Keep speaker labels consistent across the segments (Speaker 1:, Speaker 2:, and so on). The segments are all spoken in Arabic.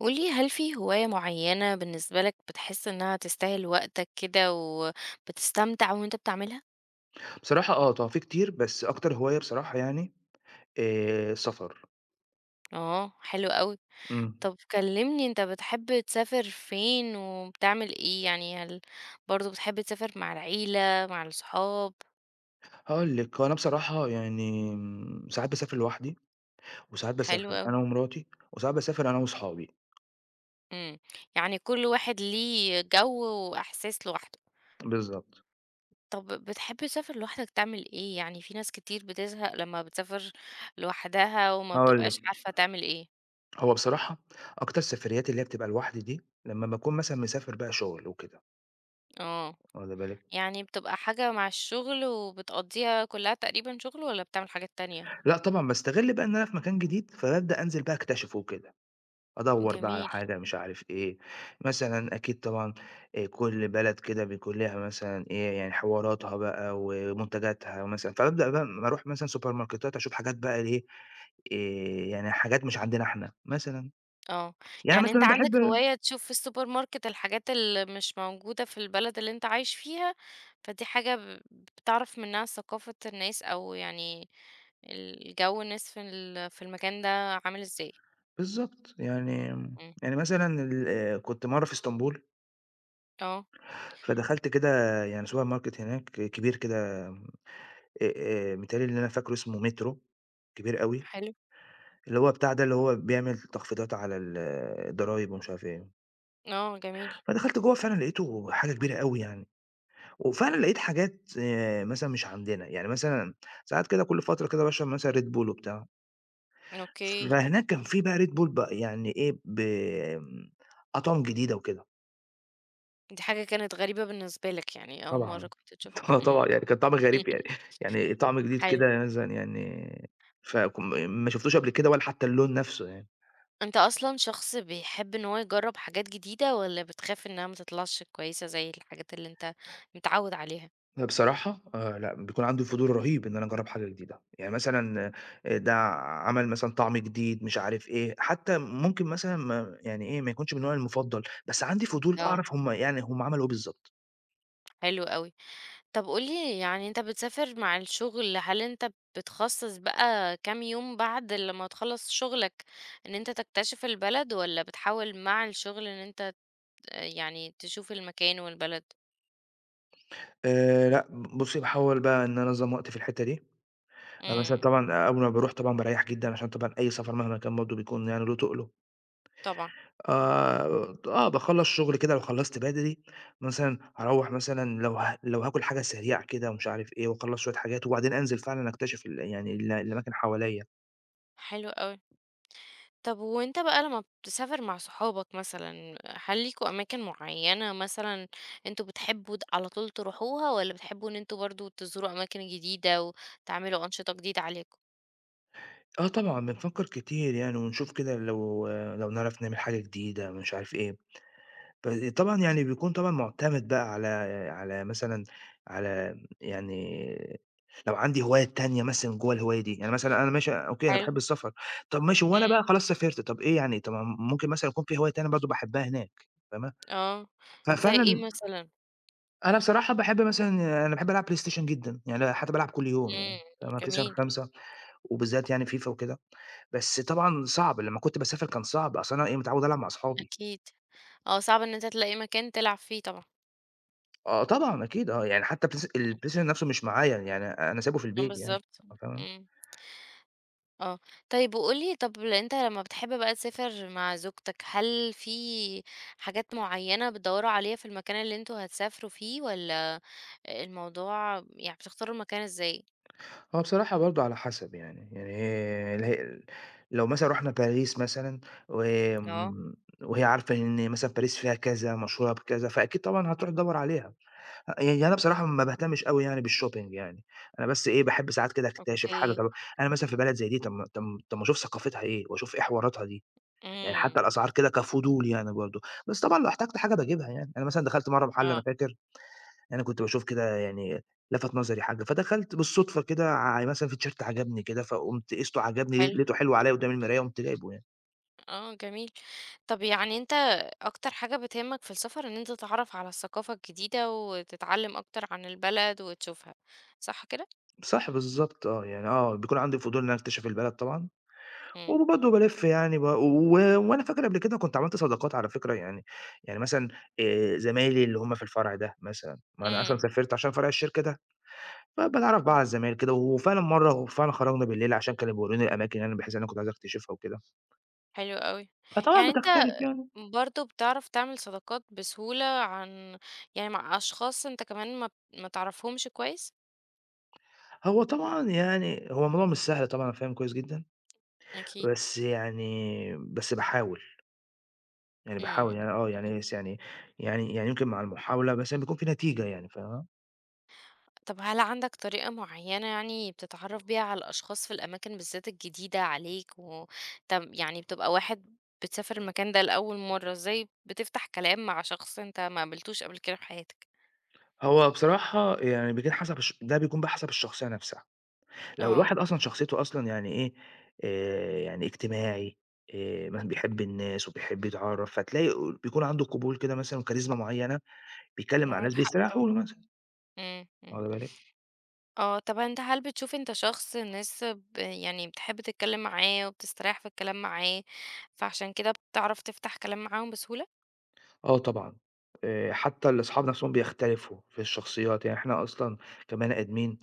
Speaker 1: قولي هل في هواية معينة بالنسبة لك بتحس إنها تستاهل وقتك كده وبتستمتع وأنت بتعملها؟
Speaker 2: بصراحة آه، في كتير، بس أكتر هواية بصراحة يعني السفر.
Speaker 1: آه حلو أوي،
Speaker 2: إمم.
Speaker 1: طب كلمني أنت بتحب تسافر فين وبتعمل إيه؟ يعني هل برضه بتحب تسافر مع العيلة مع الصحاب؟
Speaker 2: هاقول لك، هو أنا بصراحة يعني ساعات باسافر لوحدي، وساعات
Speaker 1: حلو
Speaker 2: باسافر
Speaker 1: أوي،
Speaker 2: أنا ومراتي، وساعات باسافر أنا وصحابي.
Speaker 1: إمم، يعني كل واحد ليه جو وإحساس لوحده،
Speaker 2: بالضبط.
Speaker 1: طب بتحب تسافر لوحدك تعمل إيه؟ يعني في ناس كتير بتزهق لما بتسافر لوحدها وما
Speaker 2: هاقول لِك،
Speaker 1: بتبقاش عارفة تعمل إيه،
Speaker 2: هو بصراحة أكتر السفريات اللي هي بتبقى لوحدي دي، لمّا باكون مثلًا مسافر بقى شغل وكده،
Speaker 1: آه.
Speaker 2: واخدة بالِك.
Speaker 1: يعني بتبقى حاجة مع الشغل وبتقضّيها كلّها تقريبًا شغل والّا بتعمل حاجات تانية؟
Speaker 2: لأ طبعًا باستغل بقى إن أنا في مكان جديد، فبابدأ أنزل بقى أكتشفه وكده. أدوّر بقى على
Speaker 1: جميل،
Speaker 2: حاجة مش عارف إيه، مثلًا أكيد طبعًا كل بلد كده بيكون ليها مثلًا إيه، يعني حواراتها بقى ومنتجاتها مثلًا، فبابدأ بقى أمّا أروح مثلًا سوبر ماركتات أشوف حاجات بقى إيه، آآ يعني حاجات مش عندنا إحنا مثلًا،
Speaker 1: آه،
Speaker 2: يعني
Speaker 1: يعني أنت
Speaker 2: مثلًا باحب
Speaker 1: عندك هواية تشوف في السوبر ماركت الحاجات اللي مش موجودة في البلد اللي أنت عايش فيها، فدي حاجة بتعرف منها ثقافة الناس أو يعني الجو الناس في المكان ده عامل إزاي؟
Speaker 2: بالضبط، يعني
Speaker 1: إمم،
Speaker 2: يعني مثلًا آه، كنت مرّة في إسطنبول،
Speaker 1: آه،
Speaker 2: فدخلت كده يعني سوبر ماركت هناك كبير كده آآ متهيأ لي اللي أنا فاكره اسمه مترو، كبير أوي.
Speaker 1: حلو،
Speaker 2: اللي هو بتاع ده اللي هو بيعمل تخفيضات على الضرايب ومش عارف إيه،
Speaker 1: آه، جميل،
Speaker 2: فدخلت جوّه فعلًا لقيته حاجة كبيرة أوي يعني، وفعلًا لقيت حاجات مثلًا مش عندنا، يعني مثلًا ساعات كده كل فترة كده باشرب مثلًا Red Bull وبتاع،
Speaker 1: أوكي،
Speaker 2: فهناك كان في بقى Red Bull بقى يعني إيه أطعم جديدة وكده،
Speaker 1: دي حاجة كانت غريبة بالنسبة لك يعني أول مرّة
Speaker 2: طبعًا.
Speaker 1: كنت تشوفها،
Speaker 2: آه
Speaker 1: إمم،
Speaker 2: طبعًا يعني كان طعم غريب يعني يعني طعم جديد
Speaker 1: حلو.
Speaker 2: كده مثلًا يعني فكم ما شُفتوش قبل كده ولا حتى اللون نفْسه يعني.
Speaker 1: أنت أصلًا شخص بيحب إن هو يجرّب حاجات جديدة والّا بتخاف إنها ما تطلعش كويسة زي الحاجات اللي أنت متعوّد عليها؟
Speaker 2: لأ بصراحة لأ، بيكون عنده فضول رهيب إن أنا أجرّب حاجة جديدة، يعني مثلًا ده عمل مثلًا طعم جديد مش عارف إيه، حتى ممكن مثلًا ما يعني إيه، ما يكونش من نوعي المفضّل، بس عندي فضول
Speaker 1: آه،
Speaker 2: أعرف هم عملوا إيه بالضبط.
Speaker 1: حلو أوي. طب قُل لي يعني أنت بتسافر مع الشغل، هل أنت بتخصّص بقى كام يوم بعد لمّا تخلّص شغلك إن أنت تكتشف البلد والّا بتحاول مع الشغل إن أنت يعني تشوف المكان والبلد؟
Speaker 2: لأ، بُصّي باحاول بقى إن أنا أنظّم وقتي في الحتّة دي، أنا مثلًا
Speaker 1: إمم،
Speaker 2: طبعًا أول ما باروح طبعًا باريّح جدًا عشان طبعًا أي سفر مهما كان برضه بيكون يعني له تُقله.
Speaker 1: طبعًا،
Speaker 2: آه، آه، باخلّص شغل كده لو خلّصت بدري، مثلًا هاروّح مثلًا لو هاكل حاجة سريعة كده ومش عارف إيه واخلّص شوية حاجات، وبعدين أنزل فعلًا أكتشف ال يعني ال الأماكن حواليّا.
Speaker 1: حلو أوي. طب وأنت بقى لمّا بتسافر مع صحابك مثلًا، هل ليكم أماكن معيّنة مثلًا أنتم بتحبوا على طول تروحوها، والّا بتحبوا إن أنتم برضه تزوروا أماكن جديدة وتعملوا أنشطة جديدة عليكم؟
Speaker 2: آه طبعًا، بنفكّر كتير يعني ونشوف كده لو نعرف نعمل حاجة جديدة مش عارف إيه. طبعًا يعني بيكون طبعًا مُعتمد بقى على على مثلًا على يعني لو عندي هوايات تانية مثلًا جوّه الهواية دي، يعني مثلًا أنا ماشي أوكي أنا
Speaker 1: حلو،
Speaker 2: باحب السفر، طَب ماشي وأنا
Speaker 1: إمم،
Speaker 2: بقى خلاص سافرت، طَب إيه يعني طَب ما ممكن مثلًا يكون في هواية تانية برضه باحبها هناك فاهمة؟
Speaker 1: آه، زي
Speaker 2: ففعلًا
Speaker 1: إيه مثلًا؟
Speaker 2: أنا بصراحة باحب مثلًا أنا باحب ألعب بلاي ستيشن جدًا، يعني حتى بالعب كل يوم
Speaker 1: إمم،
Speaker 2: يعني فاهمة، بلاي ستيشن
Speaker 1: جميل،
Speaker 2: 5 وبالذات يعني فيفا وكده، بس طبعًا صعب لمّا كنت باسافر كان صعب، أصل أنا إيه متعود ألعب مع أصحابي.
Speaker 1: أكيد، آه، صعب إن أنت تلاقي مكان تلعب فيه طبعًا،
Speaker 2: آه طبعًا أكيد آه، يعني حتى
Speaker 1: إمم،
Speaker 2: البلايس الPlayStation نَفْسه مش معايا، يعني أنا سايبه في
Speaker 1: آه
Speaker 2: البيت يعني،
Speaker 1: بالضبط،
Speaker 2: آه فاهمة؟
Speaker 1: إمم. آه. طيب وقُل لي طب أنت لمّا بتحب بقى تسافر مع زوجتك، هل في حاجات معيّنة بتدوّروا عليها في المكان اللي أنتم هتسافروا فيه والّا الموضوع يعني بتختاروا المكان إزاي؟
Speaker 2: هو بصراحة برضه على حسب يعني، يعني اللي هي لو مثلًا رُحنا باريس مثلًا
Speaker 1: آه،
Speaker 2: وآمم، وهي عارفة إن مثلًا باريس فيها كذا، مشهورة بكذا، فأكيد طبعًا هتروح تدوّر عليها، أ يعني يعني أنا بصراحة ما باهتمش أوي يعني بالshopping يعني، أنا بس إيه، باحب ساعات كده أكتشف حاجة،
Speaker 1: أوكي.
Speaker 2: طب أنا مثلًا في بلد زي دي، طب ما أشوف ثقافتها إيه وأشوف إيه حواراتها دي. يعني
Speaker 1: إمم.
Speaker 2: حتى الأسعار كده كفضول يعني برضه، بس طبعًا لو احتجت حاجة باجيبها يعني، أنا مثلًا دخلت مرّة محل أنا
Speaker 1: آه،
Speaker 2: فاكر، أنا كنت باشوف كده يعني لَفَت نظري حاجة، فدخلت بالصدفة كده مثلًا في تيشيرت عجبني كده، فقُمت قِسته عجبني
Speaker 1: حلو.
Speaker 2: لقيته حلو عليَّ قدّام المراية قُمت جايبه يعني.
Speaker 1: آه، جميل. طب يعني أنت أكتر حاجة بتهمك في السفر إن أنت تتعرّف على الثقافة الجديدة وتتعلّم أكتر عن البلد وتشوفها، صح كده؟
Speaker 2: صح بالضبط آه، يعني آه، بيكون عندي فضول إن أنا أكتشف البلد طبعًا،
Speaker 1: إمم.
Speaker 2: وبرضه بالِف يعني ب و وأنا فاكر قبل كده كنت عملت صداقات على فكرة يعني، يعني مثلًا زمايلي اللي هُم في الفرع ده مثلًا، ما أنا أصلًا
Speaker 1: إمم،
Speaker 2: سافرت عشان فرع الشركة ده. فباتعرّف بقى على الزمايل كده، وفعلًا خرجنا بالليل عشان كانوا بيورّوني الأماكن اللي أنا بحيث إن أنا كنت عايز أكتشفها وكده،
Speaker 1: حلو أوي.
Speaker 2: فطبعًا
Speaker 1: يعني أنت
Speaker 2: بتختلف يعني.
Speaker 1: برضه بتعرف تعمل صداقات بسهولة عن يعني مع أشخاص أنت كمان ما تعرفهمش كويس؟
Speaker 2: هو طبعًا يعني هو الموضوع مش سهل طبعًا أنا فاهم كويس جدًا،
Speaker 1: أكيد،
Speaker 2: بس باحاول، يعني باحاول
Speaker 1: إمم،
Speaker 2: يعني آه،
Speaker 1: اهم.
Speaker 2: يعني بس يعني يعني يمكن مع المحاولة مثلًا بيكون في نتيجة يعني فاهمة؟
Speaker 1: طب هل عندك طريقة معينة يعني بتتعرف بيها على الأشخاص في الأماكن بالذات الجديدة عليك طب يعني بتبقى واحد بتسافر المكان ده لأول مرة، إزاي بتفتح كلام مع شخص أنت ما قابلتوش قبل كده في حياتك؟
Speaker 2: هو بصراحة يعني بيكون حسب الش ده بيكون بقى حسب الشخصية نَفْسها. لو
Speaker 1: آه،
Speaker 2: الواحد أصلًا شخصيته أصلًا يعني إيه، يعني اجتماعي، مثلًا بيحب الناس وبيحب يتعرّف، فتلاقي بيكون عنده قبول كده مثلًا وكاريزما معيّنة، بيتكلّم مع
Speaker 1: معاك
Speaker 2: ناس
Speaker 1: حق طبعًا،
Speaker 2: بيستريحوا له مثلًا،
Speaker 1: إمم، إمم.
Speaker 2: واخد بالِك؟
Speaker 1: آه، طب أنت هل بتشوف أنت شخص الناس يعني بتحب تتكلم معاه وبتستريح في الكلام معاه، فعشان كده بتعرف تفتح كلام معاهم بسهولة؟
Speaker 2: آه طبعًا، حتى الأصحاب نَفْسهم بيختلفوا في الشخصيات، يعني إحنا أصلًا كبني آدمين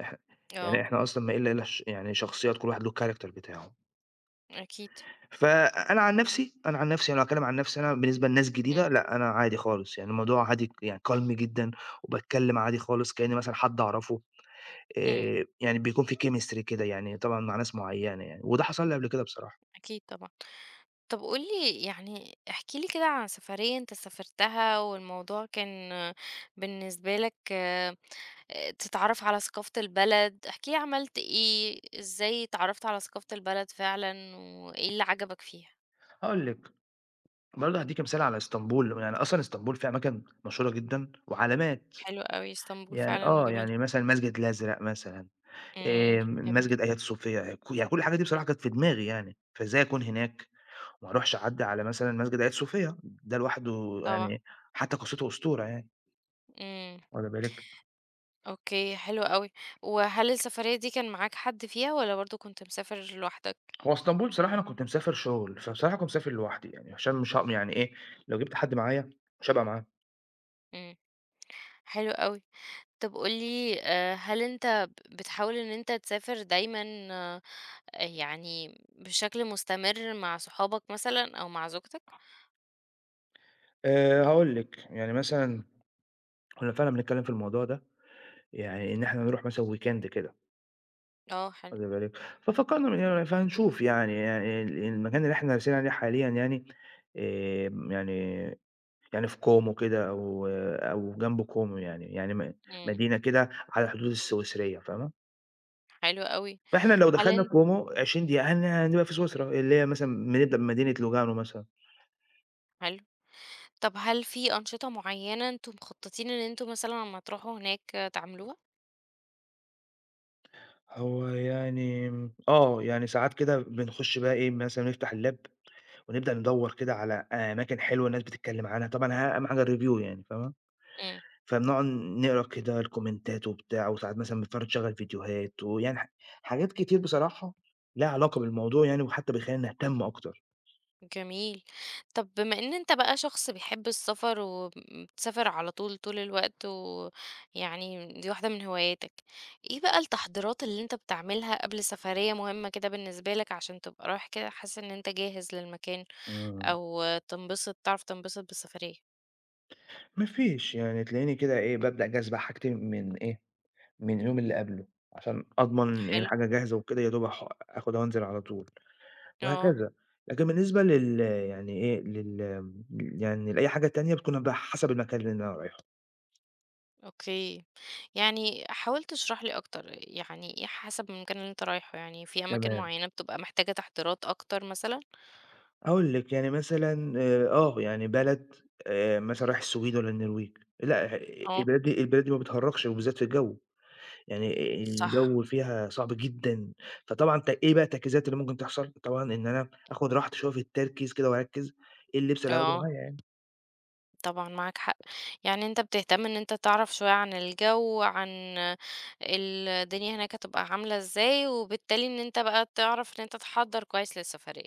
Speaker 2: إح يعني
Speaker 1: آه،
Speaker 2: إحنا أصلًا ما إلا يعني شخصيات كل واحد له الcharacter بتاعه.
Speaker 1: أكيد،
Speaker 2: فأنا عن نفسي أنا عن نفسي أنا هاتكلم عن نفسي أنا بالنسبة لناس جديدة
Speaker 1: إمم،
Speaker 2: لأ، أنا عادي خالص، يعني الموضوع هادي يعني calm جدًا وباتكلم عادي خالص كإني مثلًا حد أعرفه،
Speaker 1: إمم،
Speaker 2: يعني بيكون في chemistry كده يعني طبعًا مع ناس معيّنة يعني، وده حصل لي قبل كده بصراحة.
Speaker 1: أكيد طبعًا. طب قُل لي يعني احكِ لي كده عن سفرية أنت سافرتها والموضوع كان بالنسبة لك تتعرف على ثقافة البلد، احكِ لي عملت إيه، إزاي اتعرفت على ثقافة البلد فعلًا وإيه اللي عجبك فيها؟
Speaker 2: هاقول لِك برضه هادّيكِ مثال على إسطنبول، يعني أصلًا إسطنبول فيها أماكن مشهورة جدًا وعلامات،
Speaker 1: حلو أوي، إسطنبول
Speaker 2: يعني
Speaker 1: فعلًا
Speaker 2: آه،
Speaker 1: جميلة،
Speaker 2: يعني مثلًا المسجد الأزرق مثلًا،
Speaker 1: إمم، جميل.
Speaker 2: مسجد آية صوفيا، يعني كل الحاجات دي بصراحة كانت في دماغي يعني، فإزاي أكون هناك ما أروحش أعدّي على مثلًا مسجد آية صوفيا، ده لوحده
Speaker 1: طبعًا،
Speaker 2: يعني حتى قصته أسطورة يعني،
Speaker 1: إمم.
Speaker 2: واخدة بالِك؟
Speaker 1: أوكي، حلو أوي. وهل السفرية دي كان معاك حد فيها والّا برضه كنت مسافر لوحدك؟
Speaker 2: هو اسطنبول بصراحة أنا كنت مسافر شغل، فبصراحة كنت مسافر لوحدي يعني، عشان مش يعني إيه، لو جِبت حد معايا مش هابقى معاه.
Speaker 1: إمم، حلو أوي. طب قُل لي هل أنت بتحاول إن أنت تسافر دايمًا آه، يعني بشكل مستمر مع صحابك مثلًا أو مع زوجتك؟
Speaker 2: هاقول لِك، يعني مثلًا كنا فعلًا بنتكلّم في الموضوع ده، يعني إن إحنا نروح مثلًا weekend كده،
Speaker 1: آه، حلو،
Speaker 2: واخدة بالِك؟ ففكّرنا فهنشوف يعني المكان اللي إحنا راسين عليه حاليًا يعني يعني يعني في كومو كده أو جنب كومو يعني، يعني
Speaker 1: إمم،
Speaker 2: مدينة كده على حدود السويسرية فاهمة،
Speaker 1: حلو أوي.
Speaker 2: فإحنا لو
Speaker 1: هل
Speaker 2: دخلنا
Speaker 1: أن
Speaker 2: كومو 20 دقيقة هنبقى في سويسرا، اللي هي مثلًا بنبدأ بمدينة لوجانو مثلًا،
Speaker 1: حلو. طب هل في أنشطة معينة أنتم مخططين إن أنتم مثلًا أمّا تروحوا هناك آه، تعملوها؟
Speaker 2: هو يعني آه، يعني ساعات كده بنخش بقى إيه مثلًا نفتح اللاب ونبدأ ندوّر كده على أماكن حلوة الناس بتتكلم عنها، طبعًا أهم حاجة الreview يعني فاهمة.
Speaker 1: إمم.
Speaker 2: فبنقعد نقرا كده الكومنتات وبتاع، وساعات مثلًا بنتفرج نشغّل فيديوهات ويعني حاجات كتير بصراحة ليها علاقة بالموضوع يعني، وحتى بتخلّينا نهتم أكتر.
Speaker 1: جميل. طب بما إن أنت بقى شخص بيحب السفر وبتسافر على طول، طول الوقت ويعني دي واحدة من هواياتك، إيه بقى التحضيرات اللي أنت بتعملها قبل سفرية مهمة كده بالنسبة لك عشان تبقى رايح كده حاسس إن أنت جاهز للمكان
Speaker 2: إمم.
Speaker 1: أو تنبسط بالسفرية؟
Speaker 2: ما فيش، يعني تلاقيني كده إيه، بابدأ جاهز بحاجتي من إيه، من اليوم اللي قبله، عشان أضمن إن
Speaker 1: حلو.
Speaker 2: الحاجة جاهزة وكده يا دوب آخدها وأنزل على طول
Speaker 1: آه،
Speaker 2: وهكذا. لكن بالنسبة يعني إيه، يعني لأي حاجة تانية بتكون بقى حسب المكان اللي أنا رايحه.
Speaker 1: أوكي. يعني حاول تشرح لي أكتر، يعني إيه حسب المكان اللي أنت رايحه؟ يعني في أماكن
Speaker 2: تمام.
Speaker 1: معينة بتبقى محتاجة تحضيرات أكتر مثلًا؟
Speaker 2: هاقول لِك، يعني مثلًا آه، يعني بلد مثلًا رايح السويد والّا النرويج، لأ
Speaker 1: آه،
Speaker 2: البلاد دي ما بتهرّجش وبالذات في الجو، يعني
Speaker 1: صح.
Speaker 2: الجو فيها صعب جدًا، فطبعًا إيه بقى التركيزات اللي ممكن تحصل؟ طبعًا إن أنا آخُد راحتي شوية في التركيز كده وأركّز، إيه اللبس اللي هاخده
Speaker 1: آه.
Speaker 2: معايا يعني.
Speaker 1: طبعًا معاك حق، يعني أنت بتهتم إن أنت تعرف شوية عن الجو، عن الدنيا هناك هتبقى عاملة إزاي، وبالتالي إن أنت بقى تعرف إن أنت تحضّر كويس للسفرية،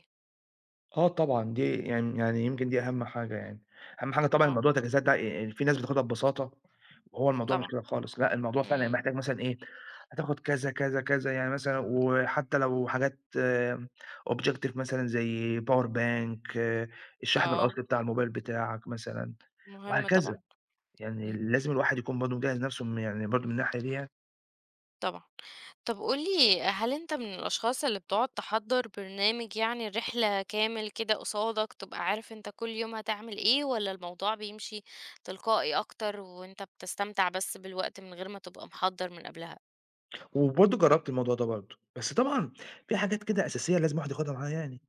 Speaker 2: آه طبعًا، دي يعني يمكن دي أهم حاجة يعني، أهم حاجة طبعًا
Speaker 1: آه
Speaker 2: موضوع التجهيزات ده في ناس بتاخدها ببساطة، وهو الموضوع مش
Speaker 1: طبعًا،
Speaker 2: كده خالص، لأ الموضوع فعلًا يعني
Speaker 1: إمم،
Speaker 2: محتاج مثلًا إيه، هتاخد كذا، كذا، كذا، يعني مثلًا وحتى لو حاجات objective مثلًا زي power bank الشحن
Speaker 1: آه،
Speaker 2: الأصلي بتاع الموبايل بتاعك مثلًا،
Speaker 1: مهم طبعًا،
Speaker 2: وهكذا، يعني
Speaker 1: إمم،
Speaker 2: لازم الواحد يكون برضه مجهّز نفسه يعني برضه من الناحية دي يعني،
Speaker 1: طبعًا. طب قُل لي هل أنت من الأشخاص اللي بتقعد تحضّر برنامج يعني رحلة كامل كده قصادك، تبقى عارف أنت كل يوم هتعمل إيه، والّا الموضوع بيمشي تلقائي أكتر، وأنت بتستمتع بس بالوقت من غير ما تبقى محضّر من قبلها؟
Speaker 2: وبرضه جرّبت الموضوع ده برضه، بس طبعًا في حاجات كده أساسية لازم الواحد ياخدها معاه يعني.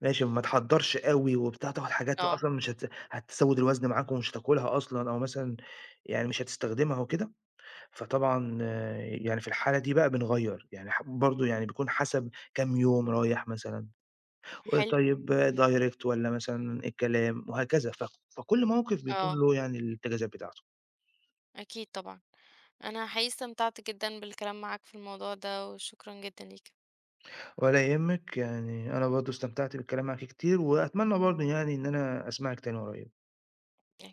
Speaker 2: ماشي، ما تحضّرش أوي وبتاع، تاخُد حاجات
Speaker 1: آه،
Speaker 2: أصلًا مش هت هتسوِّد الوزن معاك ومش هتاكلها أصلًا أو مثلًا يعني مش هتستخدمها وكده، فطبعًا آه، يعني في الحالة دي بقى بنغيّر، يعني برضه يعني بيكون حسب كام يوم رايح مثلًا،
Speaker 1: حلو.
Speaker 2: وطيب direct والّا مثلًا الكلام وهكذا، فكل موقِف بيكون
Speaker 1: آه،
Speaker 2: له يعني الإتجاذات بتاعته.
Speaker 1: أكيد طبعًا. أنا حقيقي استمتعت جدًا بالكلام معاك في الموضوع ده، وشكرًا جدًا ليك.
Speaker 2: ولا يهمِّك، يعني أنا برضه استمتعت بالكلام معاكِ كتير وأتمنى برضه يعني إن أنا أسمعِك تاني قريب.